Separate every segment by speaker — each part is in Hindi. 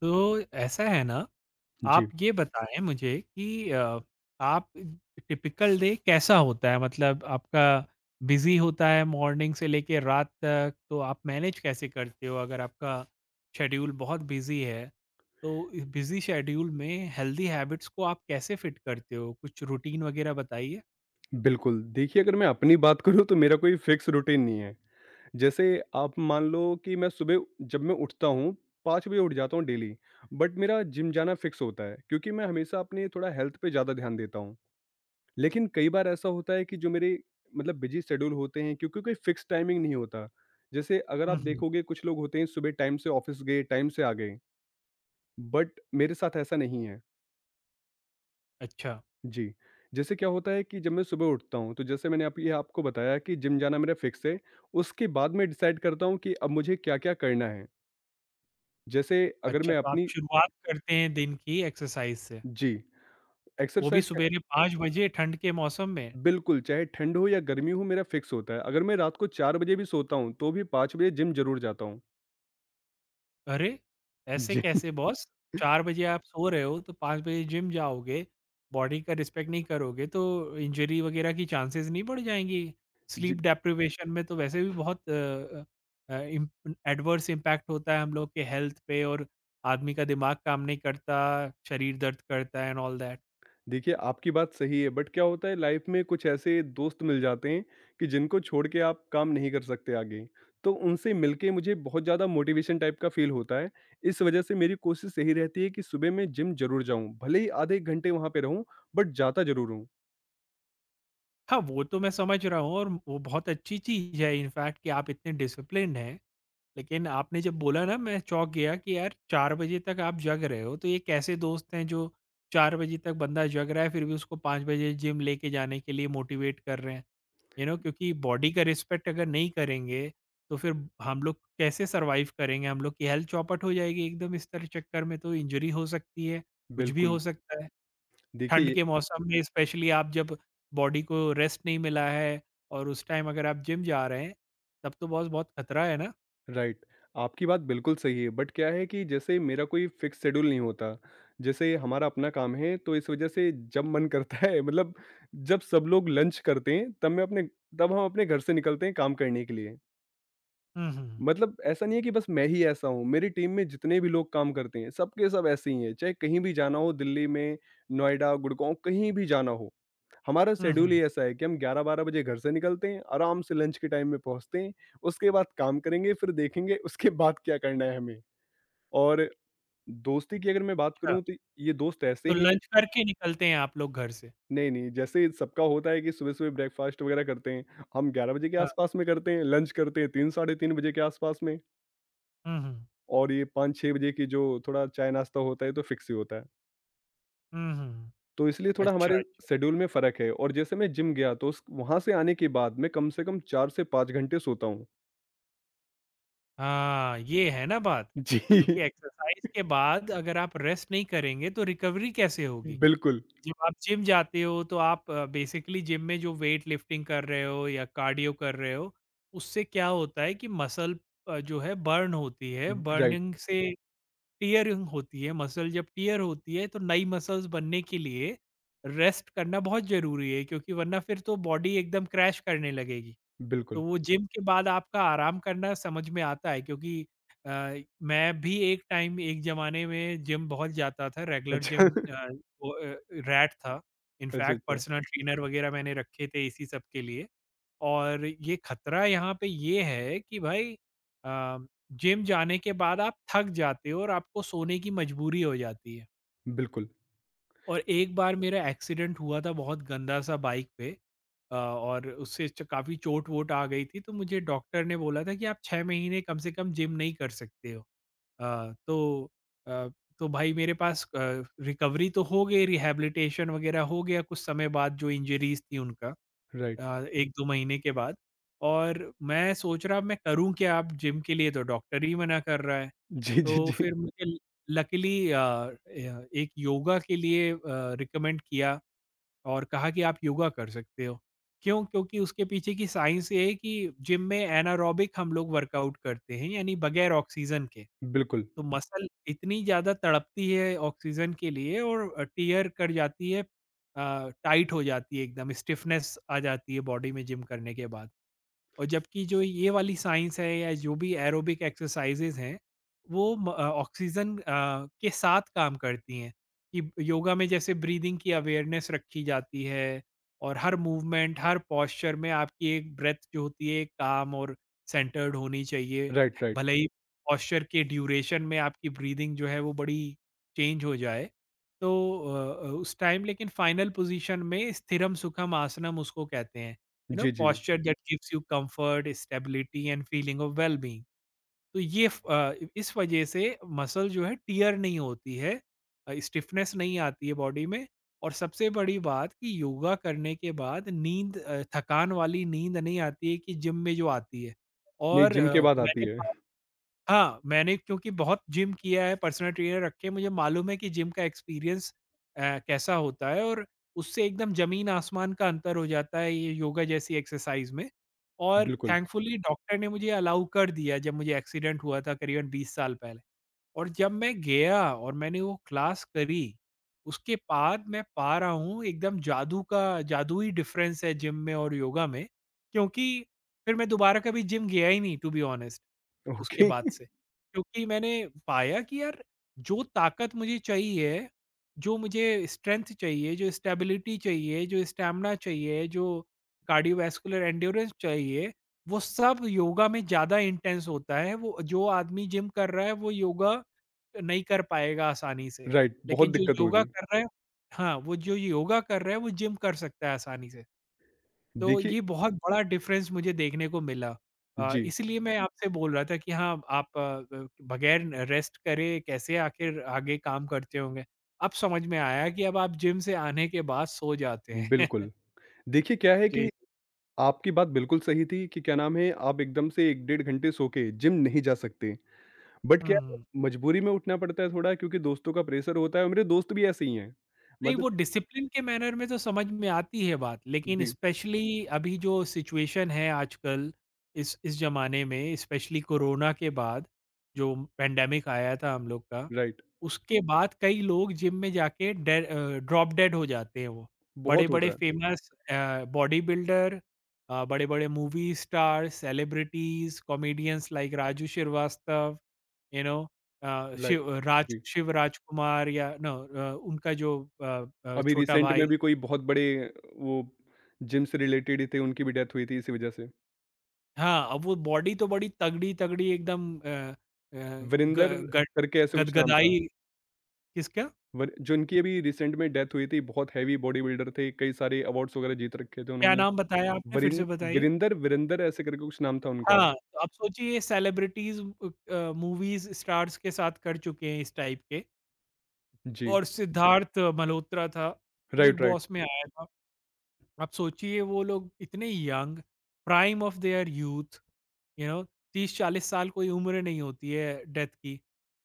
Speaker 1: तो ऐसा है ना,
Speaker 2: जी,
Speaker 1: आप ये बताएँ मुझे कि आप टिपिकल डे कैसा होता है? मतलब आपका बिज़ी होता है मॉर्निंग से लेके रात तक, तो आप मैनेज कैसे करते हो? अगर आपका शेड्यूल बहुत बिज़ी है, तो इस बिज़ी शेड्यूल में हेल्दी हैबिट्स को आप कैसे फिट करते हो? कुछ रूटीन वगैरह बताइए?
Speaker 2: बिल्कुल। देखिए, अगर मैं अपनी बात करूँ तो मेरा कोई फिक्स रूटीन नहीं है। जैसे आप मान लो कि मैं सुबह जब मैं उठता हूँ 5 बजे उठ जाता हूँ डेली, बट मेरा जिम जाना फिक्स होता है क्योंकि मैं हमेशा अपने थोड़ा हेल्थ पे ज़्यादा ध्यान देता हूँ। लेकिन कई बार ऐसा होता है कि जो मेरे मतलब बिज़ी शेड्यूल होते हैं क्योंकि कोई फिक्स टाइमिंग नहीं होता। जैसे अगर
Speaker 1: हुँ,
Speaker 2: आप
Speaker 1: हुँ।
Speaker 2: देखोगे कुछ लोग होते हैं सुबह टाइम से ऑफ़िस गए, टाइम से आ गए, बट मेरे साथ ऐसा नहीं है।
Speaker 1: अच्छा।
Speaker 2: जी। जैसे क्या होता है कि जब मैं सुबह उठता हूँ, तो जैसे मैंने आप ये आपको बताया कि जिम जाना मेरा फ़िक्स है, उसके बाद मैं डिसाइड करता हूँ कि अब मुझे क्या-क्या करना है। जैसे अगर
Speaker 1: अच्छा,
Speaker 2: मैं
Speaker 1: तो आप
Speaker 2: अपनी
Speaker 1: शुरुआत करते हैं दिन की एक्सरसाइज से,
Speaker 2: जी,
Speaker 1: वो भी
Speaker 2: एक्सरसाइज़ क
Speaker 1: सुबेरे 5 बजे ठंड के मौसम में?
Speaker 2: बिल्कुल, चाहे ठंड हो या गर्मी हो मेरा फ़िक्स होता है। अगर मैं रात को 4 बजे भी सोता हूँ, तो भी 5 बजे जिम ज़रूर जाता हूँ।
Speaker 1: अरे! ऐसे
Speaker 2: जी।
Speaker 1: कैसे बॉस? 4 बजे आप सो रहे हो, तो 5 बजे जिम जाओगे, बॉडी का रिस्पेक्ट नहीं करोगे, तो इंजरी वगैरह की चांसेस नहीं बढ़ जाएँगी?
Speaker 2: जी।
Speaker 1: स्लीप डेप्रिवेशन में तो वैसे भी बहुत अ अ, इम एडवर्स इम्पैक्ट होता है हम लोग के हेल्थ पे और आदमी का दिमाग काम नहीं करता, शरीर दर्द करता है एंड ऑल दैट।
Speaker 2: देखिए, आपकी बात सही है, बट क्या होता है लाइफ में कुछ ऐसे दोस्त मिल जाते हैं कि जिनको छोड़ के आप काम नहीं कर सकते आगे। तो उनसे मिलके मुझे बहुत ज़्यादा मोटिवेशन टाइप का फ़ील होता है। इस वजह से मेरी कोशिश यही रहती है कि सुबह मैं जिम ज़रूर जाऊँ, भले ही आधे एक घंटे वहाँ पे रहूँ बट जाता ज़रूर हूँ।
Speaker 1: हाँ, वो तो मैं समझ रहा हूँ और वो बहुत अच्छी चीज़ है इनफैक्ट कि आप इतने डिसिप्लिन्ड हैं। लेकिन आपने जब बोला ना मैं चौंक गया कि यार 4 बजे तक आप जग रहे हो, तो ये कैसे दोस्त हैं जो 4 बजे तक बंदा जग रहा है फिर भी उसको 5 बजे जिम लेके जाने के लिए मोटिवेट कर रहे हैं। यू नो क्योंकि बॉडी का रिस्पेक्ट अगर नहीं करेंगे, तो फिर हम लोग कैसे सर्वाइव करेंगे? हम लोग की हेल्थ चौपट हो जाएगी एकदम इस तरह चक्कर में तो इंजरी हो सकती है, कुछ भी हो
Speaker 2: बिल्कुल,
Speaker 1: सकता है। ठंड
Speaker 2: देखिए
Speaker 1: के मौसम में स्पेशली आप जब बॉडी को रेस्ट नहीं मिला है और उस टाइम अगर आप जिम जा रहे हैं, तब तो बहुत-बहुत खतरा है ना?
Speaker 2: राइट। आपकी बात बिल्कुल सही है, बट क्या है कि जैसे मेरा कोई फिक्स शेड्यूल नहीं होता। जैसे हमारा अपना काम है तो इस वज़ह से जब मन करता है मतलब जब सब लोग लंच करते हैं तब हम अपने घर से निकलते हैं काम करने के लिए।
Speaker 1: हुँ, हुँ।
Speaker 2: मतलब ऐसा नहीं है कि बस मैं ही ऐसा हूँ, मेरी टीम में जितने भी लोग काम करते हैं, सब के सब ऐसे ही हैं। चाहे कहीं भी जाना हो दिल्ली में, नोएडा, गुड़गाँव कहीं भी जाना हो। हमारा
Speaker 1: हुँ,
Speaker 2: शेड्यूल
Speaker 1: हुँ।
Speaker 2: ही ऐसा है कि हम 11-12 बजे घर से निकलते हैं, आराम से लंच के टाइम में पहुँचते हैं, उसके बाद काम करेंगे, फिर देखेंगे उसके बाद क्या करना है हमें। और दोस्ती की अगर मैं बात
Speaker 1: अच्छा,
Speaker 2: करूँ तो ये दोस्त ऐसे
Speaker 1: तो
Speaker 2: हैं
Speaker 1: लंच करके निकलते हैं आप लोग घर से?
Speaker 2: नहीं, नहीं, जैसे सबका होता है कि सुबह-सुबह ब्रेकफ़ास्ट वगैरह करते हैं, हम 11 बजे के
Speaker 1: हाँ।
Speaker 2: आसपास में करते हैं, लंच करते हैं 3 साढ़े 3 बजे के आसपास में
Speaker 1: हुँ, हुँ।
Speaker 2: और ये 5-6 बजे की जो थोड़ा चाय-नाश्ता होता है तो फिक्स ही होता है।
Speaker 1: हुँ, हुँ।
Speaker 2: तो इसलिए थोड़ा
Speaker 1: अच्छा,
Speaker 2: हमारे
Speaker 1: अच्छा।
Speaker 2: शेड्यूल में फ़र्क है और जैसे मैं जिम गया तो उस वहाँ से आने के बाद मैं कम से कम 4 से 5 घंटे सोता हूँ।
Speaker 1: हाँ, ये है ना बात।
Speaker 2: जी,
Speaker 1: क्योंकि एक्सरसाइज़ के बाद अगर आप रेस्ट नहीं करेंगे तो रिकवरी कैसे होगी?
Speaker 2: बिल्कुल।
Speaker 1: जब आप जिम जाते हो तो आप बेसिकली जिम में जो वेट लिफ्टिंग कर रहे हो या कार्डियो कर रहे हो, उससे क्या होता है कि मसल जो है बर्न होती है,
Speaker 2: राइट,
Speaker 1: बर्निंग से टियरिंग होती है, मसल जब टियर होती है तो नई मसल्स बनने के लिए रेस्ट करना बहुत ज़रूरी है क्योंकि वरना फिर तो बॉडी एकदम क्रैश करने लगेगी। तो
Speaker 2: बिल्कुल।
Speaker 1: वो जिम के बाद आपका आराम करना समझ में आता है क्योंकि अ, मैं भी एक टाइम एक ज़माने में जिम बहुत जाता था, रेगुलर
Speaker 2: अच्छा,
Speaker 1: जिम वो अ, रैट था।
Speaker 2: अच्छा,
Speaker 1: इनफैक्ट
Speaker 2: अच्छा।
Speaker 1: पर्सनल ट्रेनर वगैरह मैंने रखे थे इसी सब के लिए। और ये खतरा यहाँ पे ये है कि भाई अ, जिम जाने के बाद आप थक जाते हो और आपको सोने की मजबूरी हो जाती है।
Speaker 2: बिल्कुल,
Speaker 1: और एक बार मेरा एक्सीडेंट हुआ था बहुत गंदा सा बाइक पे और उससे काफी चोट वोट आ गई थी तो मुझे डॉक्टर ने बोला था कि आप 6 महीने कम से कम जिम नहीं कर सकते हो अ, तो अ, तो भाई मेरे पास रिकवरी तो हो गई रिहैबिलिटेशन वगैरह हो गया कुछ समय बाद जो इंजरीज थी उनका
Speaker 2: राइट।
Speaker 1: 1 2 महीने के बाद और मैं सोच रहा अब मैं करूं क्या आप जिम के लिए तो डॉक्टर ही मना कर रहा है
Speaker 2: जी, जी,
Speaker 1: तो
Speaker 2: जी।
Speaker 1: फिर मुझे ल लकीली अ, य एक योगा के लिए रिकमेंड किया और कहा कि आप योगा कर सकते हो। क्यों? क्योंकि उसके पीछे की साइंस ये है कि जिम में एनारोबिक हम लोग वर्कआउट करते हैं, यानी बगैर ऑक्सीजन के।
Speaker 2: बिल्कुल,
Speaker 1: तो मसल इतनी ज़्यादा तड़पती है ऑक्सीजन के लिए और टियर कर जाती है टाइट हो जाती है एकदम, स्टिफनेस आ जाती है बॉडी में जिम करने के बाद। और जबकि जो ये वाली साइंस है या जो भी एरोबिक एक्सरसाइजेज हैं वो ऑक्सीजन के साथ काम करती हैं कि योगा में जैसे ब्रीदिंग की अवेयरनेस रखी जाती है और हर मूवमेंट हर पॉस्चर में आपकी एक ब्रेथ जो होती है काम और सेंटर्ड होनी चाहिए
Speaker 2: राइट, राइट।
Speaker 1: भले ही पॉस्चर के ड्यूरेशन में आपकी ब्रीदिंग जो है वो बड़ी चेंज हो जाए तो उस टाइम लेकिन फाइनल पोजीशन में स्थिरम सुखम आसनम उसको कहते हैं you know
Speaker 2: जी, जी, जी।
Speaker 1: posture that gives you comfort stability and feeling of wellbeing. तो ये इस वजह से मसल जो है टीयर नहीं होती है, स्टिफनेस नहीं आती है बॉडी में और सबसे बड़ी बात कि योगा करने के बाद नींद थकान वाली नींद नहीं आती है कि जिम में जो आती है
Speaker 2: नहीं,
Speaker 1: और अ,
Speaker 2: जिम के बाद आती
Speaker 1: मैंने
Speaker 2: है।
Speaker 1: हाँ, मैंने क्योंकि बहुत जिम किया है, पर्सनल ट्रेनर रखे हैं, मुझे मालूम है कि जिम का एक्सपीरियंस अ, कैसा होता है और उससे एकदम ज़मीन-आसमान का अंतर हो जाता है ये योगा जैसी एक्सरसाइज़ में। और
Speaker 2: बिल्कुल,
Speaker 1: थैंकफुली डॉक्टर ने मुझे अलाउ कर दिया जब मुझे एक्सीडेंट हुआ था करीबन 20 साल पहले। और जब मैं गया और मैंने वो क्लास करी, उसके बाद मैं पा रहा हूँ एकदम जादू का जादुई डिफ़रेंस है जिम में और योगा में, क्योंकि फिर मैं दोबारा कभी जिम गया ही नहीं टू बी ऑनेस्ट। उसके
Speaker 2: ओके,
Speaker 1: बाद से। क्योंकि मैंने पाया कि यार जो ताकत मुझे चाहिए, जो मुझे स्ट्रेंथ चाहिए, जो स्टेबिलिटी चाहिए, जो स्टैमिना चाहिए, जो कार्डियोवैस्कुलर एंड्योरेंस चाहिए, वो सब योगा में ज़्यादा इंटेंस होता है। वो जो आदमी जिम कर रहा है वो योगा नहीं कर पाएगा आसानी से।
Speaker 2: राइट, बहुत
Speaker 1: लेकिन जो
Speaker 2: दिक्कत
Speaker 1: योगा
Speaker 2: होगी।
Speaker 1: कर रहा है हाँ, वो जो योगा कर रहा है वो जिम कर सकता है आसानी से। तो
Speaker 2: देखिए
Speaker 1: ये बहुत बड़ा डिफरेंस मुझे देखने को मिला।
Speaker 2: जी,
Speaker 1: इसलिए मैं आपसे बोल रहा था कि हाँ, आप अ, बगैर रेस्ट करे कैसे आखिर आगे काम करते होंगे। अब समझ में आया कि अब आप जिम से आने के बाद सो जाते हैं।
Speaker 2: बिल्कुल। देखिए क्या है
Speaker 1: जी,
Speaker 2: कि
Speaker 1: जी।
Speaker 2: आपकी बात बिल्कुल सही थी कि क्या नाम है, आप एकदम से 1 डेढ़ घंटे सो के जिम नहीं जा सकते। बट क्या
Speaker 1: हुँ,
Speaker 2: है,
Speaker 1: हुँ।
Speaker 2: मजबूरी में उठना पड़ता है थोड़ा क्योंकि दोस्तों का प्रेशर होता है और मेरे दोस्त भी ऐसे ही हैं।
Speaker 1: नहीं,
Speaker 2: मतलब
Speaker 1: वो डिसिप्लिन के मैनर में तो समझ में आती है बात, लेकिन
Speaker 2: जी,
Speaker 1: स्पेशली अभी जो सिचुएशन है आजकल इस ज़माने में स्पेशली कोरोना के बाद, जो पैंडेमिक आया था हम लोग का,
Speaker 2: राइट,
Speaker 1: उसके बाद कई लोग जिम में जाके ड्रॉप डेड हो जाते हैं वो।
Speaker 2: बहुत होता
Speaker 1: बड़े-बड़े
Speaker 2: है।
Speaker 1: फेमस बॉडी बिल्डर, बड़े-बड़े movie star, celebrities, comedians like Raju Srivastava, you know
Speaker 2: like जी,
Speaker 1: शिव राजकुमार या नो उनका जो अ,
Speaker 2: अभी
Speaker 1: छोटा
Speaker 2: रिसेंट
Speaker 1: भाई।
Speaker 2: में भी कोई बहुत बड़े वो जिम से रिलेटेड ही थे, उनकी भी डेथ हुई थी इसी वजह से।
Speaker 1: हाँ, अब वो बॉडी तो बड़ी तगड़ी-तगड़ी एकदम अ अ, ग
Speaker 2: वीरेंदर
Speaker 1: गट
Speaker 2: करके ऐसे कुछ नाम था।
Speaker 1: गदगदाई। किसका?
Speaker 2: वर जो इनकी अभी रिसेंट में डेथ हुई थी, बहुत हैवी बॉडी बिल्डर थे, कई सारे अवार्ड्स वगैरह जीत रखे थे
Speaker 1: क्या
Speaker 2: उन्होंने।
Speaker 1: नाम बताया आपने फिर से
Speaker 2: वरिन
Speaker 1: बताइए?
Speaker 2: वीरेंदर वीरेंदर ऐसे करके कुछ नाम था उनका।
Speaker 1: हाँ, तो आप सोचिए सेलिब्रिटीज़ मूवीज़ स्टार्स के साथ कर चुके हैं इस टाइप के
Speaker 2: जी,
Speaker 1: और सिद्धार्थ मल्होत्रा था, बिग
Speaker 2: राइट, राइट।
Speaker 1: बॉस में आया था। आप सोचिए वो लोग इतने young prime of their youth, you know 30 40 साल कोई उम्र नहीं होती है डेथ की।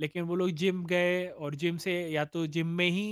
Speaker 1: लेकिन वो लोग जिम गए और जिम से या तो जिम में ही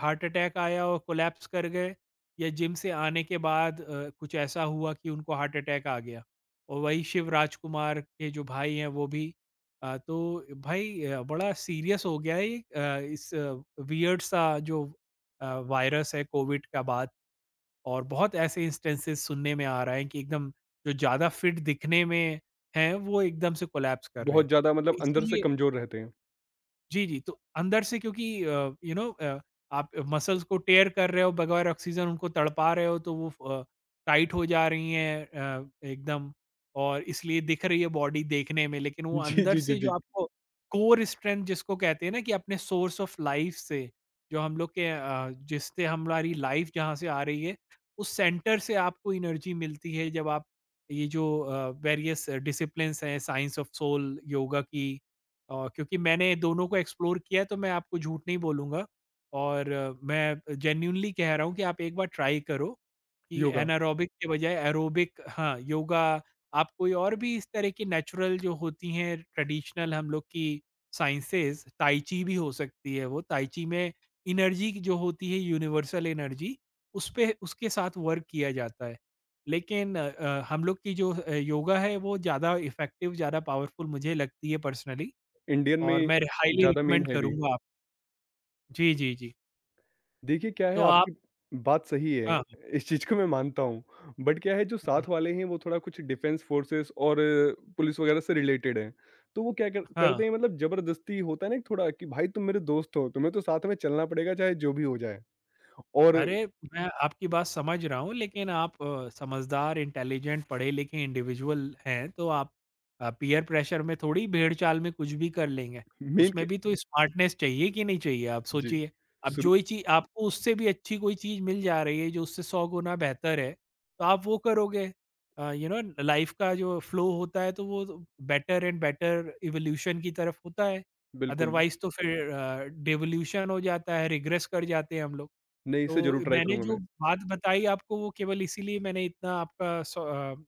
Speaker 1: हार्ट अटैक आया और कोलैप्स कर गए या जिम से आने के बाद कुछ ऐसा हुआ कि उनको हार्ट अटैक आ गया। और वही शिव राजकुमार के जो भाई हैं वो भी तो भाई बड़ा सीरियस हो गया है ये, इस वियर्ड सा जो वायरस है कोविड का बाद और बहुत ऐसे इंस्टेंसेस सुनने में आ रहा है कि एकदम जो ज़्यादा फिट दिखने में हैं, वो एकदम से कोलैप्स कर रहे
Speaker 2: बहुत
Speaker 1: हैं।
Speaker 2: ज़्यादा
Speaker 1: तो
Speaker 2: मतलब अंदर से
Speaker 1: इसीलिए
Speaker 2: कमज़ोर रहते हैं।
Speaker 1: जी, जी। तो अंदर से क्योंकि यू नो, आप मसल्स को टेयर कर रहे हो बगैर ऑक्सीजन उनको तड़पा रहे हो तो वो फ टाइट हो जा रही हैं एकदम और इसलिए दिख रही है बॉडी देखने में लेकिन वो अंदर से जो
Speaker 2: जी,
Speaker 1: आपको कोर स्ट्रेंथ जिसको कहते हैं ना कि अपने सोर्स ऑफ लाइफ से जो हम लोग के जिससे हमारी लाइफ जहाँ से आ रही है, उस सेंटर से आपको एनर्जी मिलती है जब आप ये जो वेरियस डिसिप्लिन्स हैं साइंस ऑफ सोल, योगा की, क्योंकि मैंने दोनों को एक्सप्लोर किया है तो मैं आपको झूठ नहीं बोलूँगा और मैं जेन्युइनली कह रहा हूँ कि आप एक बार ट्राई करो कि
Speaker 2: योगा,
Speaker 1: एनारोबिक के बजाय एरोबिक, हाँ, योगा। आप कोई और भी इस तरह की नेचुरल जो होती हैं ट्रेडिशनल हम लोग की साइंसेज़, ताइ ची भी हो सकती है वो, ताइ ची में एनर्जी की जो होती है यूनिवर्सल एनर्जी, उस पे उसके साथ वर्क किया जाता है। लेकिन हम लोग की जो योगा है वो ज़्यादा इफ़ेक्टिव, ज़्यादा पावरफुल मुझे लगती है पर्सनली।
Speaker 2: इंडियन
Speaker 1: और
Speaker 2: में
Speaker 1: मैं रे हाइली
Speaker 2: ज़्यादा
Speaker 1: रिकमेंड
Speaker 2: मेन है भी।
Speaker 1: करूँगा आप। जी, जी, जी।
Speaker 2: देखिए, क्या है
Speaker 1: तो आप
Speaker 2: आपकी बात सही है,
Speaker 1: हाँ,
Speaker 2: इस चीज़ को मैं मानता हूँ। बट क्या है जो
Speaker 1: हुँ,
Speaker 2: साथ
Speaker 1: हुँ,
Speaker 2: वाले हैं वो थोड़ा कुछ डिफेंस फोर्सेस और पुलिस वगैरह से रिलेटेड हैं। तो वो क्या कर
Speaker 1: हाँ,
Speaker 2: करते हैं मतलब ज़बरदस्ती होता है ना थोड़ा कि भाई तुम मेरे दोस्त हो, तुम्हें तो साथ में चलना पड़ेगा चाहे जो भी हो जाए। और
Speaker 1: अरे, मैं आपकी बात समझ रहा हूँ लेकिन आप समझदार, इंटेलिजेंट, पढ़े-लिखे इंडिविजुअल हैं, तो आप पीयर प्रेशर में थोड़ी भेड़-चाल में कुछ भी कर लेंगे।
Speaker 2: मेन
Speaker 1: उसमें
Speaker 2: के
Speaker 1: भी तो स्मार्टनेस चाहिए कि नहीं चाहिए, आप
Speaker 2: जी,
Speaker 1: सोचिए। अब
Speaker 2: शुरू
Speaker 1: जो ही चीज़ आपको उससे भी अच्छी कोई चीज़ मिल जा रही है, जो उससे 100 गुना बेहतर है, तो आप वो करोगे। यू नो लाइफ़ का जो फ्लो होता है तो वो तो बेटर एंड बेटर इवोल्यूशन की तरफ होता है।
Speaker 2: बिल्कुल,
Speaker 1: अदरवाइज़ तो फिर डिवोल्यूशन हो जाता है, रिग्रेस कर जाते हैं हम लोग।
Speaker 2: नहीं इसे ज़रूर
Speaker 1: तो
Speaker 2: ट्राई
Speaker 1: मैंने
Speaker 2: करूँगा
Speaker 1: जो
Speaker 2: मैं।
Speaker 1: बात बताई आपको वो केवल इसीलिए मैंने इतना आपका सो,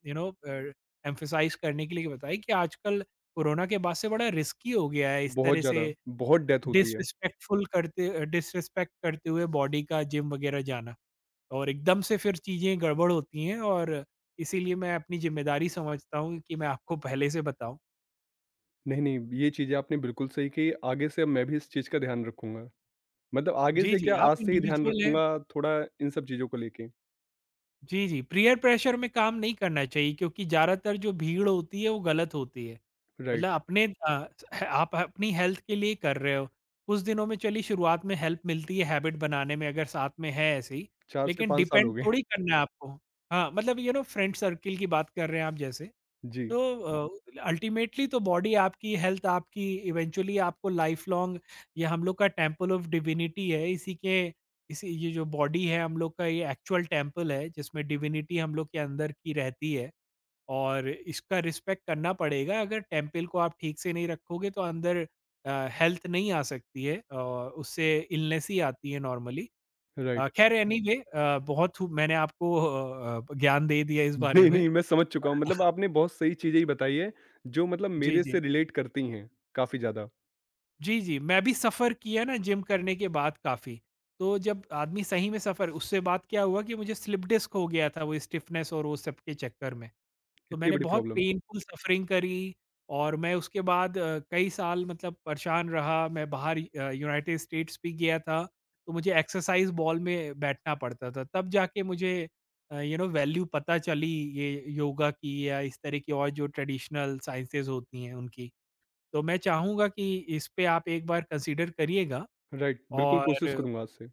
Speaker 1: यू नो एम्फसाइज़ करने के लिए बताई कि आजकल कोरोना के बाद से बड़ा रिस्की हो गया है इस
Speaker 2: बहुत
Speaker 1: तरह से
Speaker 2: ज़्यादा, बहुत डेथ होती है।
Speaker 1: डिसरिस्पेक्टफुल करते डिसरिस्पेक्ट करते हुए बॉडी का जिम वगैरह जाना और एकदम से फिर चीज़ें गड़बड़ होती हैं और इसीलिए मैं अपनी ज़िम्मेदारी समझता हूँ कि मैं आपको पहले से बताऊँ।
Speaker 2: नहीं, नहीं ये चीज़ें आपने बिल्कुल सही कही, आगे से अब मैं भी इस चीज़ का ध्यान रखूँगा। मतलब आगे
Speaker 1: जी,
Speaker 2: से
Speaker 1: जी,
Speaker 2: क्या आज
Speaker 1: आप
Speaker 2: से ही ध्यान
Speaker 1: इंडिविजुअल हैं।
Speaker 2: रखूँगा थोड़ा इन सब चीज़ों को लेके।
Speaker 1: जी, जी। पीयर प्रेशर में काम नहीं करना चाहिए क्योंकि ज़्यादातर जो भीड़ होती है वो गलत होती है।
Speaker 2: राइट,
Speaker 1: मतलब आप अपनी हेल्थ के लिए कर रहे हो। कुछ दिनों में चलिए शुरुआत में हेल्प मिलती है हैबिट बनाने में अगर साथ में है ऐसे ही,
Speaker 2: 4 से
Speaker 1: लेकिन
Speaker 2: 5 साल हो
Speaker 1: डिपेंड
Speaker 2: गए।
Speaker 1: थोड़ी करना है आपको। हाँ, मतलब यू नो फ्रेंड सर्किल की बात कर रहे हैं आप जैसे।
Speaker 2: जी,
Speaker 1: तो अल्टीमेटली तो बॉडी आपकी, हेल्थ आपकी, इवेंचुअली आपको लाइफ लॉन्ग ये हम लोग का टेम्पल ऑफ डिविनिटी है। इसी ये जो बॉडी है हम लोग का ये एक्चुअल टेम्पल है जिसमें डिविनिटी हम लोग के अंदर की रहती है और इसका रिस्पेक्ट करना पड़ेगा। अगर टेम्पल को आप ठीक से नहीं रखोगे तो अंदर हेल्थ नहीं आ सकती है और उससे इलनेस ही आती है नॉर्मली।
Speaker 2: राइट।
Speaker 1: खैर एनीवे, मैंने आपको ज्ञान दे दिया इस बारे
Speaker 2: नहीं,
Speaker 1: में।
Speaker 2: नहीं, मैं समझ चुका हूँ। मतलब आपने बहुत सही चीज़ें ही बताई हैं, जो मतलब
Speaker 1: जी
Speaker 2: मेरे
Speaker 1: जी।
Speaker 2: से रिलेट करती हैं, काफ़ी ज़्यादा,
Speaker 1: जी, जी। मैं भी सफ़र किया ना जिम करने के बाद काफ़ी। तो जब आदमी सही में सफ़र उससे बात क्या हुआ कि मुझे स्लिप डिस्क हो गया था वो स्टिफ़नेस और वो सब के चक्कर में। तो
Speaker 2: इतनी
Speaker 1: मैंने
Speaker 2: बड़ी
Speaker 1: बहुत
Speaker 2: प्रॉब्लम।
Speaker 1: पेनफुल सफ़रिंग करी और मैं उसके बाद कई साल मतलब परेशान रहा। मैं बाहर यूनाइटेड स्टेट्स भी गया था, तो मुझे एक्सरसाइज़ बॉल में बैठना पड़ता था। तब जाके मुझे यू नो वैल्यू पता चली ये योगा की या इस तरह की और जो ट्रेडिशनल साइंसेज़ होती हैं उनकी। तो मैं चाहूँगा कि इस पे आप एक बार कंसीडर करिएगा।
Speaker 2: राइट, बिल्कुल कोशिश
Speaker 1: और
Speaker 2: करूँगा आज से।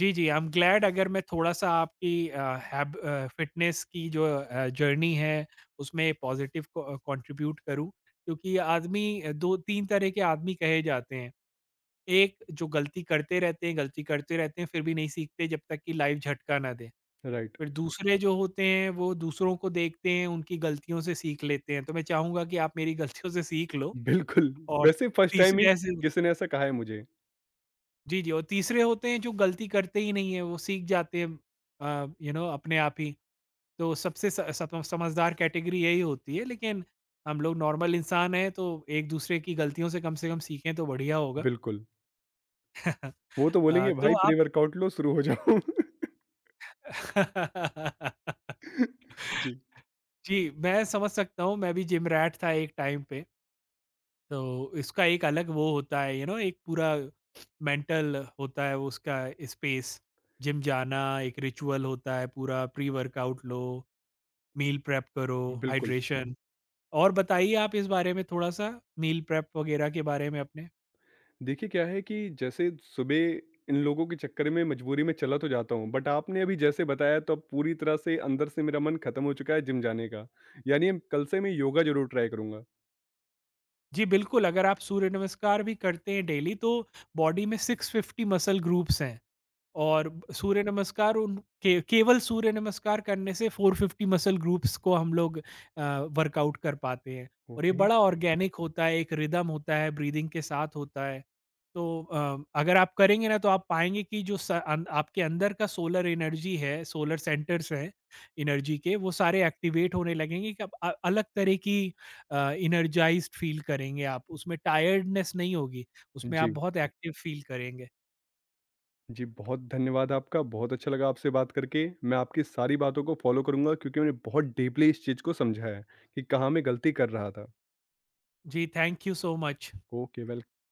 Speaker 1: जी, जी, आई एम ग्लैड अगर मैं थोड़ा-सा आपकी फ़िटनेस की जो जर्नी है, उसमें पॉज़िटिव को कंट्रीब्यूट करूँ, क्योंकि 2-3 तरह के आदमी कहे जाते हैं। एक जो गलती करते रहते हैं, गलती करते रहते हैं, फिर भी नहीं सीखते जब तक कि लाइफ़ झटका ना दे।
Speaker 2: राइट,
Speaker 1: फिर दूसरे जो होते हैं, वो दूसरों को देखते हैं, उनकी गलतियों से सीख लेते हैं। तो मैं चाहूँगा कि आप मेरी गलतियों से सीख लो।
Speaker 2: बिल्कुल,
Speaker 1: और
Speaker 2: वैसे फर्स्ट टाइम
Speaker 1: तीसरे
Speaker 2: ही
Speaker 1: ऐसे,
Speaker 2: किसी ने ऐसा कहा है मुझे।
Speaker 1: जी, जी, और तीसरे होते हैं जो गलती करते ही नहीं है, वो सीख जाते हैं यू नो अपने आप ही। तो सबसे स सम समझदार कैटेगरी यही होती है, लेकिन हम लोग नॉर्मल इंसान हैं तो एक-दूसरे की गलतियों से कम सीखें तो बढ़िया होगा।
Speaker 2: बिल्कुल, वो तो बोलेंगे,
Speaker 1: तो
Speaker 2: "भाई
Speaker 1: आप
Speaker 2: प्री-वर्कआउट लो, शुरू हो जाओ।" जी,
Speaker 1: जी, मैं समझ सकता हूँ, मैं भी जिम रैट था एक टाइम पे। तो इसका एक अलग वो होता है यू नो एक पूरा मेंटल होता है वो उसका स्पेस। जिम जाना एक रिचुअल होता है पूरा। प्री वर्कआउट लो, मील प्रेप करो,
Speaker 2: बिल्कुल।
Speaker 1: हाइड्रेशन। और बताइए आप इस बारे में थोड़ा सा मील प्रेप वगैरह के बारे में अपने।
Speaker 2: देखिए क्या है कि जैसे सुबह इन लोगों के चक्कर में मजबूरी में चला तो जाता हूँ बट आपने अभी जैसे बताया तो अब पूरी तरह से अंदर से मेरा मन खत्म हो चुका है जिम जाने का। यानी अब कल से मैं योगा जरूर ट्राई करूंगा।
Speaker 1: जी, बिल्कुल, अगर आप सूर्य नमस्कार भी करते हैं डेली तो बॉडी में 650 मसल ग्रुप्स हैं और ब सूर्य नमस्कार उन के केवल सूर्य नमस्कार करने से 450 मसल ग्रुप्स को हम लोग वर्कआउट कर पाते हैं। और ये
Speaker 2: ओके।
Speaker 1: बड़ा ऑर्गेनिक होता है, एक रिदम होता है, ब्रीदिंग के साथ होता है। तो अगर आप करेंगे ना तो आप पाएँगे कि जो स अन आपके अंदर का सोलर एनर्जी है, सोलर सेंटर्स हैं एनर्जी के, वो सारे एक्टिवेट होने लगेंगे कि अलग तरह की एनर्जाइज्ड फील करेंगे आप, उसमें टायर्डनेस नहीं होगी, उसमें आप
Speaker 2: जी,
Speaker 1: बहुत एक्टिव फील करेंगे।
Speaker 2: जी, बहुत धन्यवाद आपका, बहुत अच्छा लगा आपसे बात करके। मैं आपकी सारी बातों को फॉलो करूंगा क्योंकि मैंने बहुत डीपली इस चीज़ को समझा है कि कहाँ मैं गलती कर रहा था।
Speaker 1: जी, thank you so much.
Speaker 2: Okay, welcome.